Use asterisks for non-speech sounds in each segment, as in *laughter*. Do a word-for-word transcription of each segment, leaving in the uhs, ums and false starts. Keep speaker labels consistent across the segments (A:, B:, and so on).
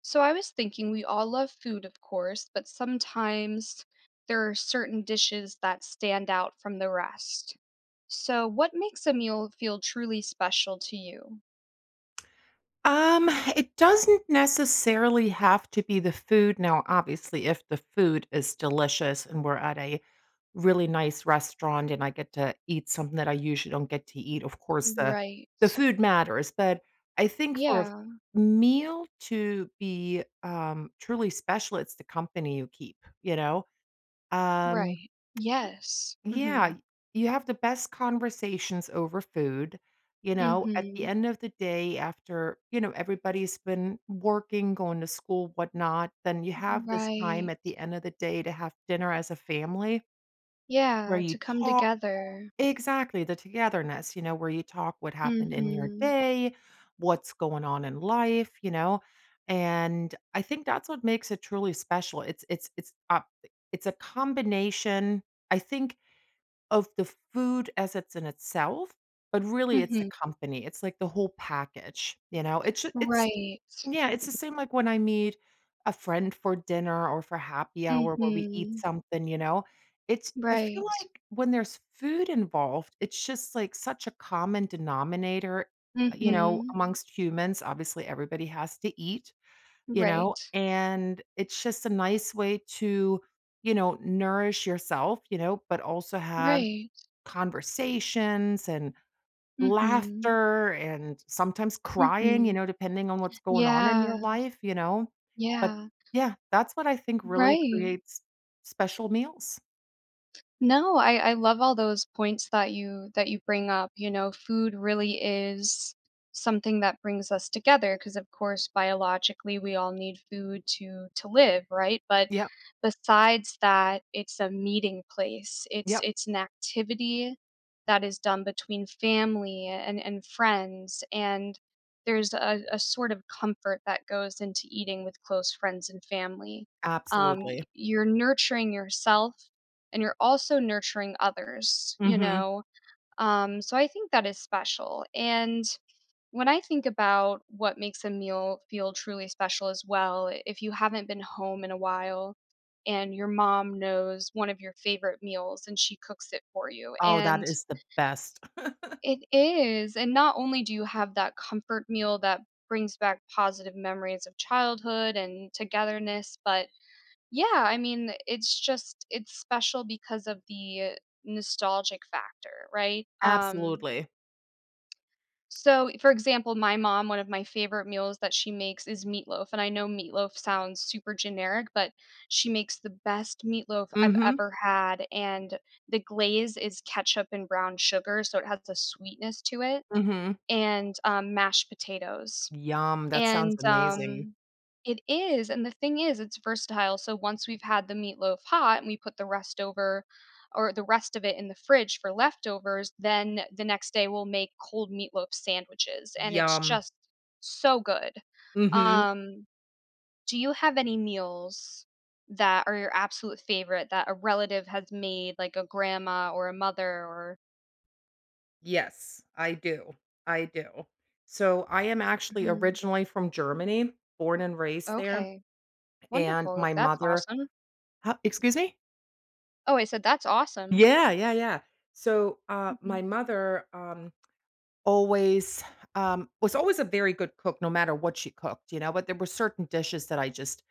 A: So I was thinking we all love food, of course, but sometimes there are certain dishes that stand out from the rest. So what makes a meal feel truly special to you?
B: Um, it doesn't necessarily have to be the food. Now, obviously, if the food is delicious and we're at a really nice restaurant and I get to eat something that I usually don't get to eat, of course the
A: Right.
B: the food matters, but I think for a
A: Yeah.
B: meal to be um truly special, it's the company you keep, you know? Um
A: Right. Yes. Mhm.
B: yeah, you have the best conversations over food, you know, at the
A: Mhm.
B: end of the day after, you know, everybody's been working, going to school, whatnot, then you have this time
A: Right.
B: at the end of the day to have dinner as a family where
A: Yeah,
B: you
A: to come
B: talk
A: together.
B: exactly, the togetherness, you know, where you talk what happened in your
A: Mhm.
B: day, what's going on in life, you know, and I think that's what makes it truly special. It's it's it's uh, it's a combination, I think, of the food as it's in itself, but really it's the
A: Mhm.
B: company, it's like the whole package, you know? It's ju it's
A: Right.
B: yeah, it's the same like when I meet a friend for dinner or for happy hour where we eat
A: Mhm.
B: something, you know? It's, I feel
A: Right.
B: like when there's food involved, it's just like such a common denominator, uh, you know,
A: Mhm.
B: amongst humans, obviously everybody has to eat, you know?
A: Right.
B: And it's just a nice way to, you know, nourish yourself, you know, but also have
A: Right.
B: conversations and
A: Mhm.
B: laughter and sometimes crying, you
A: Mhm.
B: know, depending on what's going on in
A: Yeah,
B: your life, you know? But
A: yeah,
B: yeah, that's what I think really
A: right.
B: creates special meals.
A: No, I I love all those points that you that you bring up, you know, food really is something that brings us together because of course biologically we all need food to to live, right? But
B: Yep,
A: besides that, it's a meeting place. It's
B: yep.
A: it's an activity that is done between family and and friends and there's a, a sort of comfort that goes into eating with close friends and family um, y-
B: Absolutely.
A: you're nurturing yourself and you're also nurturing others, you
B: Mhm.
A: know? Um, so I think that is special. And when I think about what makes a meal feel truly special as well, if you haven't been home in a while and your mom knows one of your favorite meals and she cooks it for you.
B: Oh, that
A: And
B: is the best.
A: it is. And not only do you have that comfort meal that brings back positive memories of childhood and togetherness, but yeah, I mean, it's just it's special because of the nostalgic factor, right? Um,
B: Absolutely.
A: so for example, my mom, one of my favorite meals that she makes is meatloaf, and I know meatloaf sounds super generic, but she makes the best meatloaf I've
B: Mhm,
A: ever had, and the glaze is ketchup and brown sugar, so it has a sweetness to it,
B: mhm.
A: and um, mashed potatoes.
B: Yum, that sounds
A: And,
B: amazing.
A: um, it is, and the thing is, it's versatile, so once we've had the meatloaf hot and we put the rest over or the rest of it in the fridge for leftovers, then the next day we'll make cold meatloaf sandwiches, and it's
B: Yum.
A: just so good.
B: Mhm.
A: Um, do you have any meals that are your absolute favorite that a relative has made, like a grandma or a mother or
B: Yes, I do, I do. So, I am actually
A: Mhm.
B: originally from Germany, born and raised there.
A: Okay,
B: And
A: wonderful,
B: my
A: that's
B: mother—
A: awesome.
B: huh, excuse me?
A: Oh, I said that's awesome.
B: Yeah, yeah, yeah. So, uh,
A: Mhm.
B: my mother, um, always, um, was always a very good cook no matter what she cooked, you know, but there were certain dishes that I just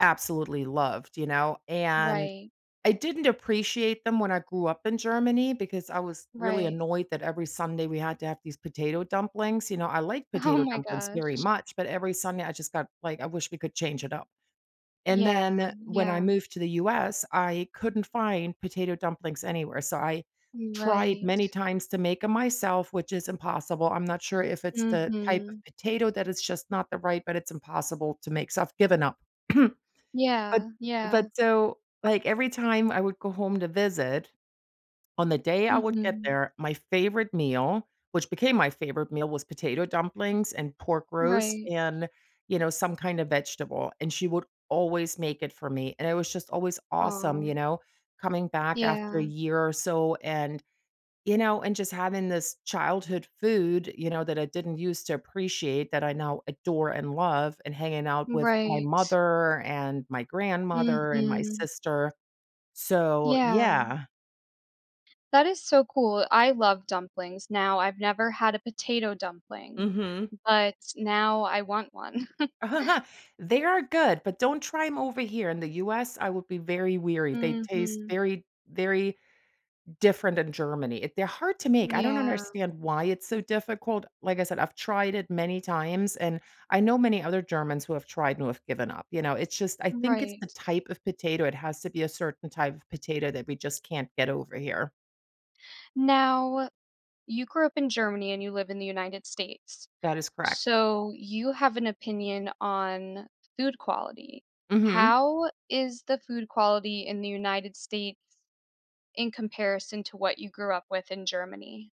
B: absolutely loved, you know, and
A: Right.
B: I didn't appreciate them when I grew up in Germany because I was really
A: Right. *laughs*
B: annoyed that every Sunday we had to have these potato dumplings. You know, I like
A: Oh
B: potato
A: my
B: dumplings very
A: gosh.
B: much, but every Sunday I just got like, I wish we could change it up. And
A: Yeah,
B: then when I
A: yeah.
B: moved to the U S, I couldn't find potato dumplings anywhere, so I tried
A: Right.
B: many times to make them myself, which is impossible. I'm not sure if it's the type of
A: Mhm.
B: potato that is just not the right, but it's impossible to make, so I've given up. *clears throat* But
A: Yeah, yeah.
B: but so, like, every time I would go home to visit, on the day I would get
A: Mhm.
B: there, my favorite meal, which became my favorite meal, was potato dumplings and pork roast
A: Right.
B: and, you know, some kind of vegetable, and she would always make it for me, and it was just always awesome,
A: Oh.
B: you know, coming back after a
A: Yeah.
B: year or so, and, you know, and just having this childhood food, you know, that I didn't used to appreciate that I now adore and love, and hanging out with my
A: Right.
B: mother and my grandmother and my
A: Mhm.
B: sister. So,
A: Yeah.
B: yeah.
A: That is so cool. I love dumplings now. I've never had a potato dumpling,
B: Mhm.
A: but now I want one. *laughs*
B: *laughs* Uh-huh. They are good, but don't try try them over here in the U S, I would be very weary. They taste
A: Mhm.
B: very, very different in Germany. It they're hard to make. I don't
A: Yeah.
B: understand why it's so difficult. Like I said, I've tried it many times, and I know many other Germans who have tried and who have given up, you know? It's just I think it's
A: Right.
B: the type of potato. It has to be a certain type of potato that we just can't get over here.
A: Now, you grew up in Germany and you live in the United States.
B: That is correct.
A: So, you have an opinion on food quality.
B: Mhm.
A: How is the food quality in the United States in comparison to what you grew up with in Germany?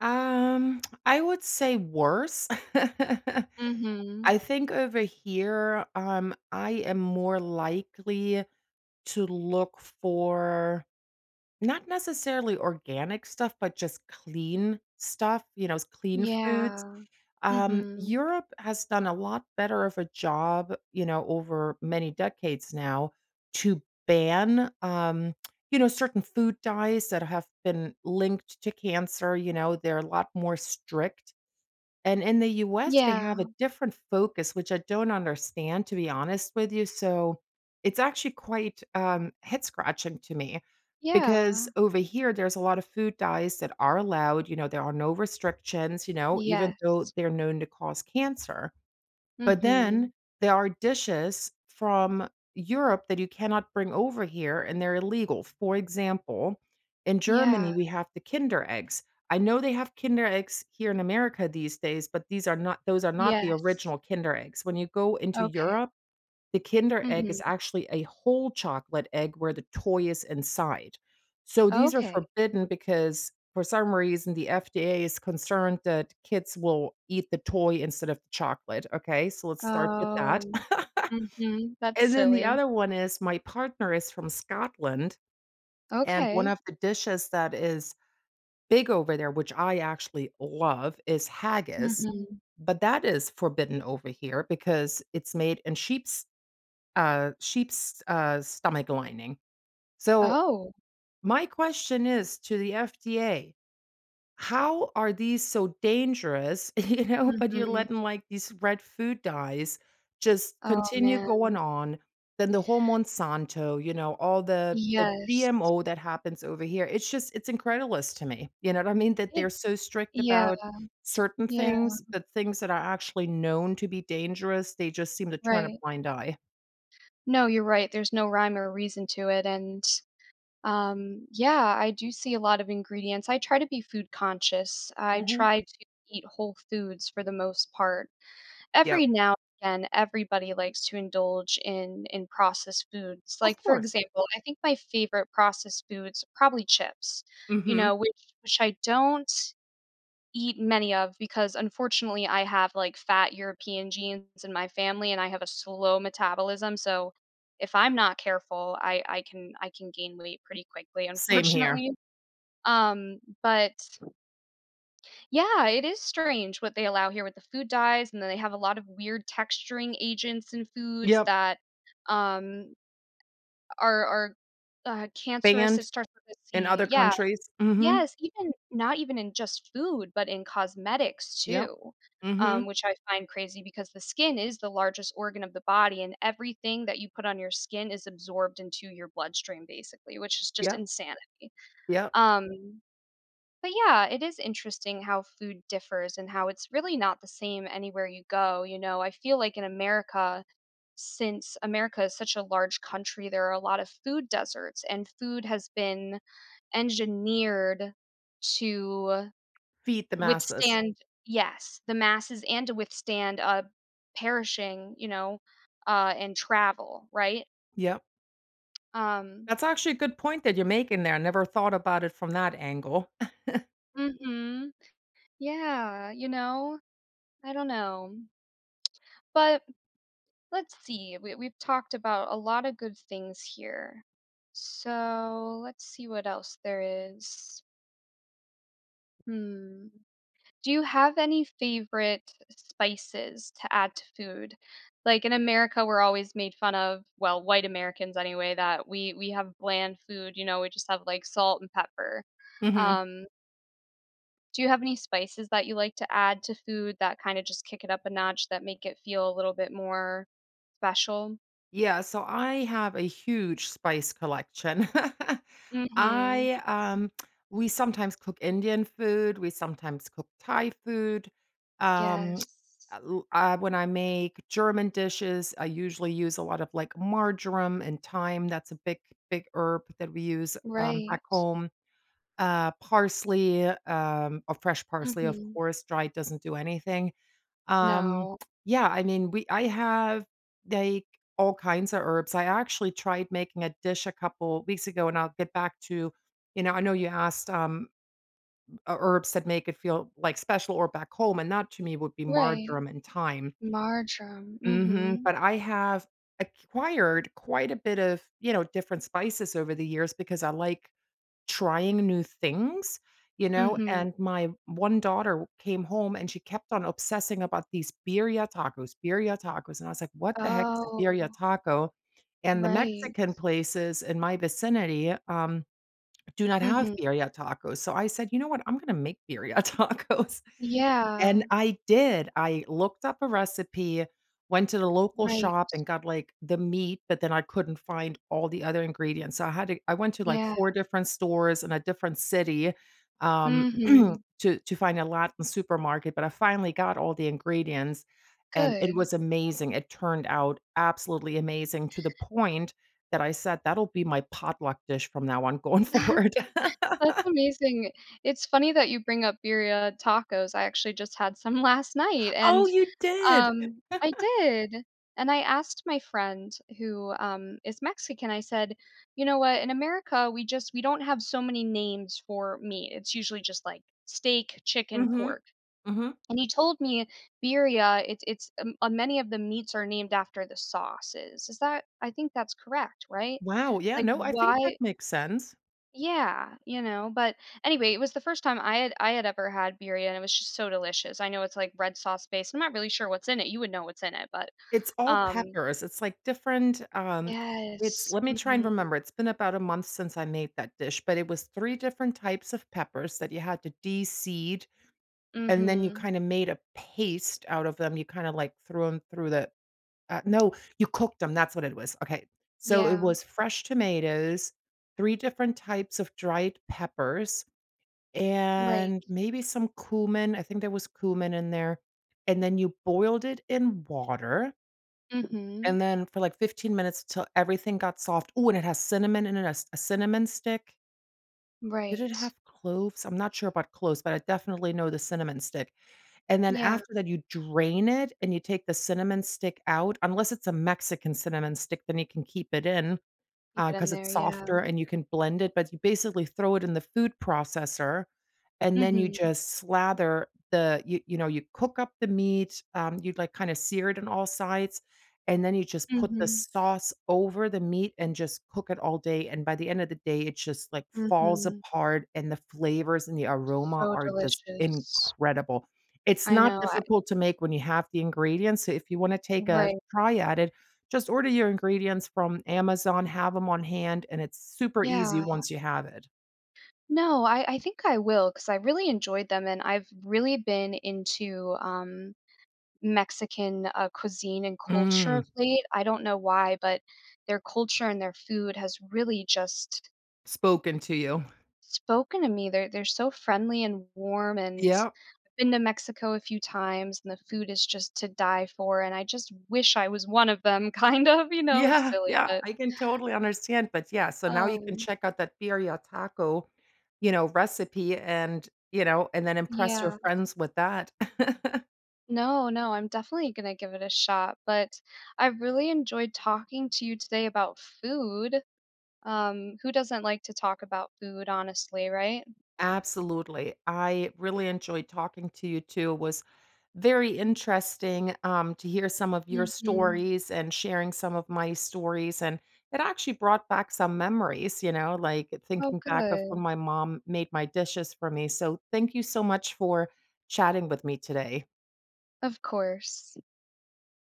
B: Um, I would say worse. *laughs*
A: Mhm.
B: I think over here, um, I am more likely to look for not necessarily organic stuff, but just clean stuff, you know, s- clean foods.
A: Yeah.
B: Um,
A: Mhm.
B: Europe has done a lot better of a job, you know, over many decades now to ban, um, you know, certain food dyes that have been linked to cancer. You know, they're a lot more strict, and in the U S, they
A: Yeah.
B: have a different focus, which I don't understand, to be honest with you. So it's actually quite um, head scratching to me
A: Yeah.
B: because over here, there's a lot of food dyes that are allowed. You know, there are no restrictions, you know, even though
A: Yes.
B: they're known to cause cancer. But
A: Mhm.
B: then there are dishes from Europe that you cannot bring over here, and they're illegal. For example, in
A: Yeah.
B: Germany, we have the Kinder eggs. I know they have Kinder eggs here in America these days, but these are not— those are not the
A: Yes.
B: original Kinder eggs. When you go into
A: Okay.
B: Europe, the Kinder Egg is
A: Mhm.
B: actually a whole chocolate egg where the toy is inside. So these are
A: Okay.
B: forbidden because for some reason the F D A is concerned that kids will eat the toy instead of the chocolate, okay? So let's start with that.
A: Oh.
B: *laughs*
A: Mhm. That's
B: And then the
A: silly.
B: other one is my partner is from Scotland, and one
A: Okay.
B: of the dishes that is big over there, which I actually love, is haggis,
A: Mhm.
B: but that is forbidden over here because it's made in sheep's uh, sheep's, uh, stomach lining. So
A: Oh.
B: my question is to the F D A, how are these so dangerous, *laughs* you know, but you're
A: Mhm.
B: letting like these red food dyes just
A: Oh,
B: continue going
A: man.
B: on. Then the whole Monsanto, you know, all the the
A: Yes.
B: G M O that happens over here. It's just it's incredulous to me. You know what I mean? That
A: It
B: they're so strict
A: yeah,
B: about certain
A: yeah,
B: things, but things that are actually known to be dangerous, they just seem to turn a
A: right.
B: blind eye.
A: No, you're right, there's no rhyme or reason to it, and, um, yeah, I do see a lot of ingredients. I try to be food conscious. I
B: Mhm.
A: try to eat whole foods for the most part. Every
B: Yep.
A: now and again, everybody likes to indulge in in processed foods.
B: Of
A: Like, for
B: course.
A: example, I think my favorite processed foods are probably chips, you
B: Mhm.
A: know, which which I don't eat many of because unfortunately I have like fat European genes in my family and I have a slow metabolism. So if I'm not careful, I, I can I can gain weight pretty quickly,
B: Same here.
A: unfortunately. Um, but yeah, it is strange what they allow here with the food dyes, and then they have a lot of weird texturing agents in foods
B: Yep,
A: that um are are uh, cancerous. It
B: banned
A: starts with a
B: in
A: C.
B: other
A: Yeah,
B: countries. Mhm.
A: yes, even not even in just food, but in cosmetics
B: Yep.
A: too, um,
B: Mhm.
A: which I find crazy because the skin is the largest organ of the body, and everything that you put on your skin is absorbed into your bloodstream, basically, which is just
B: Yep,
A: insanity.
B: yep.
A: Um, but yeah, it is interesting how food differs and how it's really not the same anywhere you go. You know, I feel like in America, since America is such a large country, there are a lot of food deserts, and food has been engineered to
B: Feed the masses.
A: withstand yes, the masses and to withstand, uh, perishing, you know, uh, and travel, right?
B: Yep.
A: Um
B: That's actually a good point that you're making there. I never thought about it from that angle. *laughs*
A: Mhm. Yeah, you know? I don't know. But let's see, we we've talked about a lot of good things here. So, let's see what else there is. Hmm. Do you have any favorite spices to add to food? Like in America, we're always made fun of, well, white Americans anyway, that we we have bland food, you know, we just have like salt and pepper.
B: Mhm.
A: Um, do you have any spices that you like to add to food that kind of just kick it up a notch that make it feel a little bit more special?
B: Yeah, so I have a huge spice collection. *laughs*
A: Mhm.
B: I, um we sometimes cook Indian food, we sometimes cook Thai food. Um,
A: Yes.
B: uh, l uh, When I make German dishes, I usually use a lot of, like, marjoram and thyme, that's a big, big herb that we use, um, back
A: Right.
B: home. Uh, parsley, um, uh, fresh parsley, of
A: Mhm.
B: course, dried doesn't do anything. Um,
A: No.
B: yeah, I mean, we— I have, like, all kinds of herbs. I actually tried making a dish a couple weeks ago, and I'll get back to— you know, I know you asked, um, uh, herbs that make it feel, like, special or back home, and that to me would be
A: Right.
B: marjoram and thyme.
A: Marjoram.
B: Mhm,
A: Mhm.
B: but I have acquired quite a bit of, you know, different spices over the years because I like trying new things, you know,
A: Mhm.
B: and my one daughter came home and she kept on obsessing about these birria tacos, birria tacos, and I was like, "What the heck is a
A: Oh.
B: birria taco?" And the
A: Right.
B: Mexican places in my vicinity, um, do not have
A: Mhm.
B: birria tacos, so I said, "You know what? I'm gonna make birria *laughs* tacos."
A: Yeah.
B: And I did. I looked up a recipe, went to the local
A: Right.
B: shop and got, like, the meat, but then I couldn't find all the other ingredients. So I had to— I went to, like,
A: Yeah.
B: four different stores in a different city, um, *clears throat*
A: Mhm.
B: to to find a Latin supermarket, but I finally got all the ingredients, and it
A: Good.
B: was amazing. It turned out absolutely amazing, to the point that I said, "That'll be my potluck dish from now on going *laughs*
A: *laughs*
B: forward." *laughs*
A: That's amazing. It's funny that you bring up birria tacos. I actually just had some *laughs* last night,
B: Oh,
A: and,
B: you did?
A: um I did, and I asked my friend who, um, is Mexican, I said, "You know what? In America, we just we don't have so many names for meat. It's usually just, like, steak, chicken,
B: Mhm.
A: pork."
B: Mhm.
A: And he told me birria, it's it's um, uh, many of the meats are named after the sauces. Is that I think that's correct, right?
B: Wow, yeah,
A: Like
B: no, I think that
A: why
B: makes sense.
A: yeah, you know, but anyway, it was the first time I had I had ever had birria and it was just so delicious. I know it's like red sauce based. I'm not really sure what's in it. You would know what's in it, but
B: It's all
A: um
B: peppers, it's, like, different, um it's—
A: yes.
B: let me try and
A: Mhm.
B: remember, it's been about a month since I made that dish, but it was three different types of peppers that you had to de-seed, and then you
A: Mhm.
B: kinda made a paste out of them, you kinda, like, threw them through the— uh, no, you cooked them. That's what it was, okay. So, it
A: Yeah.
B: was fresh tomatoes, three different types of dried peppers
A: Right.
B: and maybe some cumin, I think there was cumin in there, and then you boiled it in water,
A: Mhm.
B: and then for, like, fifteen minutes till everything got soft. Oh, and it has cinnamon in it, a c a cinnamon stick. Did it
A: Right.
B: have cloves? I'm not sure about cloves, but I definitely know the cinnamon stick, and then
A: Yeah.
B: after that, you drain it and you take the cinnamon stick out, unless it's a Mexican cinnamon stick, then you can keep it in.
A: Keep it in
B: Because
A: there.
B: it's
A: Yeah.
B: softer and you can blend it, but you basically throw it in the food processor, and then you
A: Mhm.
B: just slather the— you you know, you cook up the meat, um, you, like, kinda sear it on all sides, and then you just put the
A: Mhm.
B: sauce over the meat and just cook it all day, and by the end of the day, it just, like, falls
A: Mhm.
B: apart, and the flavors and the aroma
A: So
B: are just
A: delicious.
B: incredible. It's
A: I
B: not
A: know, I
B: difficult to make when you have the ingredients, so if you wanna take a
A: right.
B: try at it, just order your ingredients from Amazon, have them on hand, and it's super easy
A: Yeah.
B: once you have it.
A: No, I I think I will, because I really enjoyed them, and I've really been into, um, Mexican, uh, cuisine and culture of
B: Mm,
A: late. I don't know why, but their culture and their food has really just
B: spoken to you.
A: spoken to me. They're they're so friendly and warm, and
B: Yeah,
A: I've been to Mexico a few times, and the food is just to die for, and I just wish I was one of them, *laughs* kind of, you know? It's
B: yeah,
A: silly,
B: yeah,
A: but,
B: *laughs* I can totally understand, but yeah, so now you can
A: um
B: check out that birria taco, you know, recipe and, you know, and then impress your
A: Yeah.
B: friends with that. *laughs*
A: No, no, I'm definitely going to give it a shot, but I've really enjoyed talking to you today about food. Um, who doesn't like to talk about food, honestly, right?
B: Absolutely. I really enjoyed talking to you too. It was very interesting, um, to hear some of your
A: Hmm.
B: stories and sharing some of my stories. And it actually brought back some memories, you know, like
A: Oh,
B: thinking back of when
A: good.
B: my mom made my dishes for me. So thank you so much for chatting with me today.
A: Of course.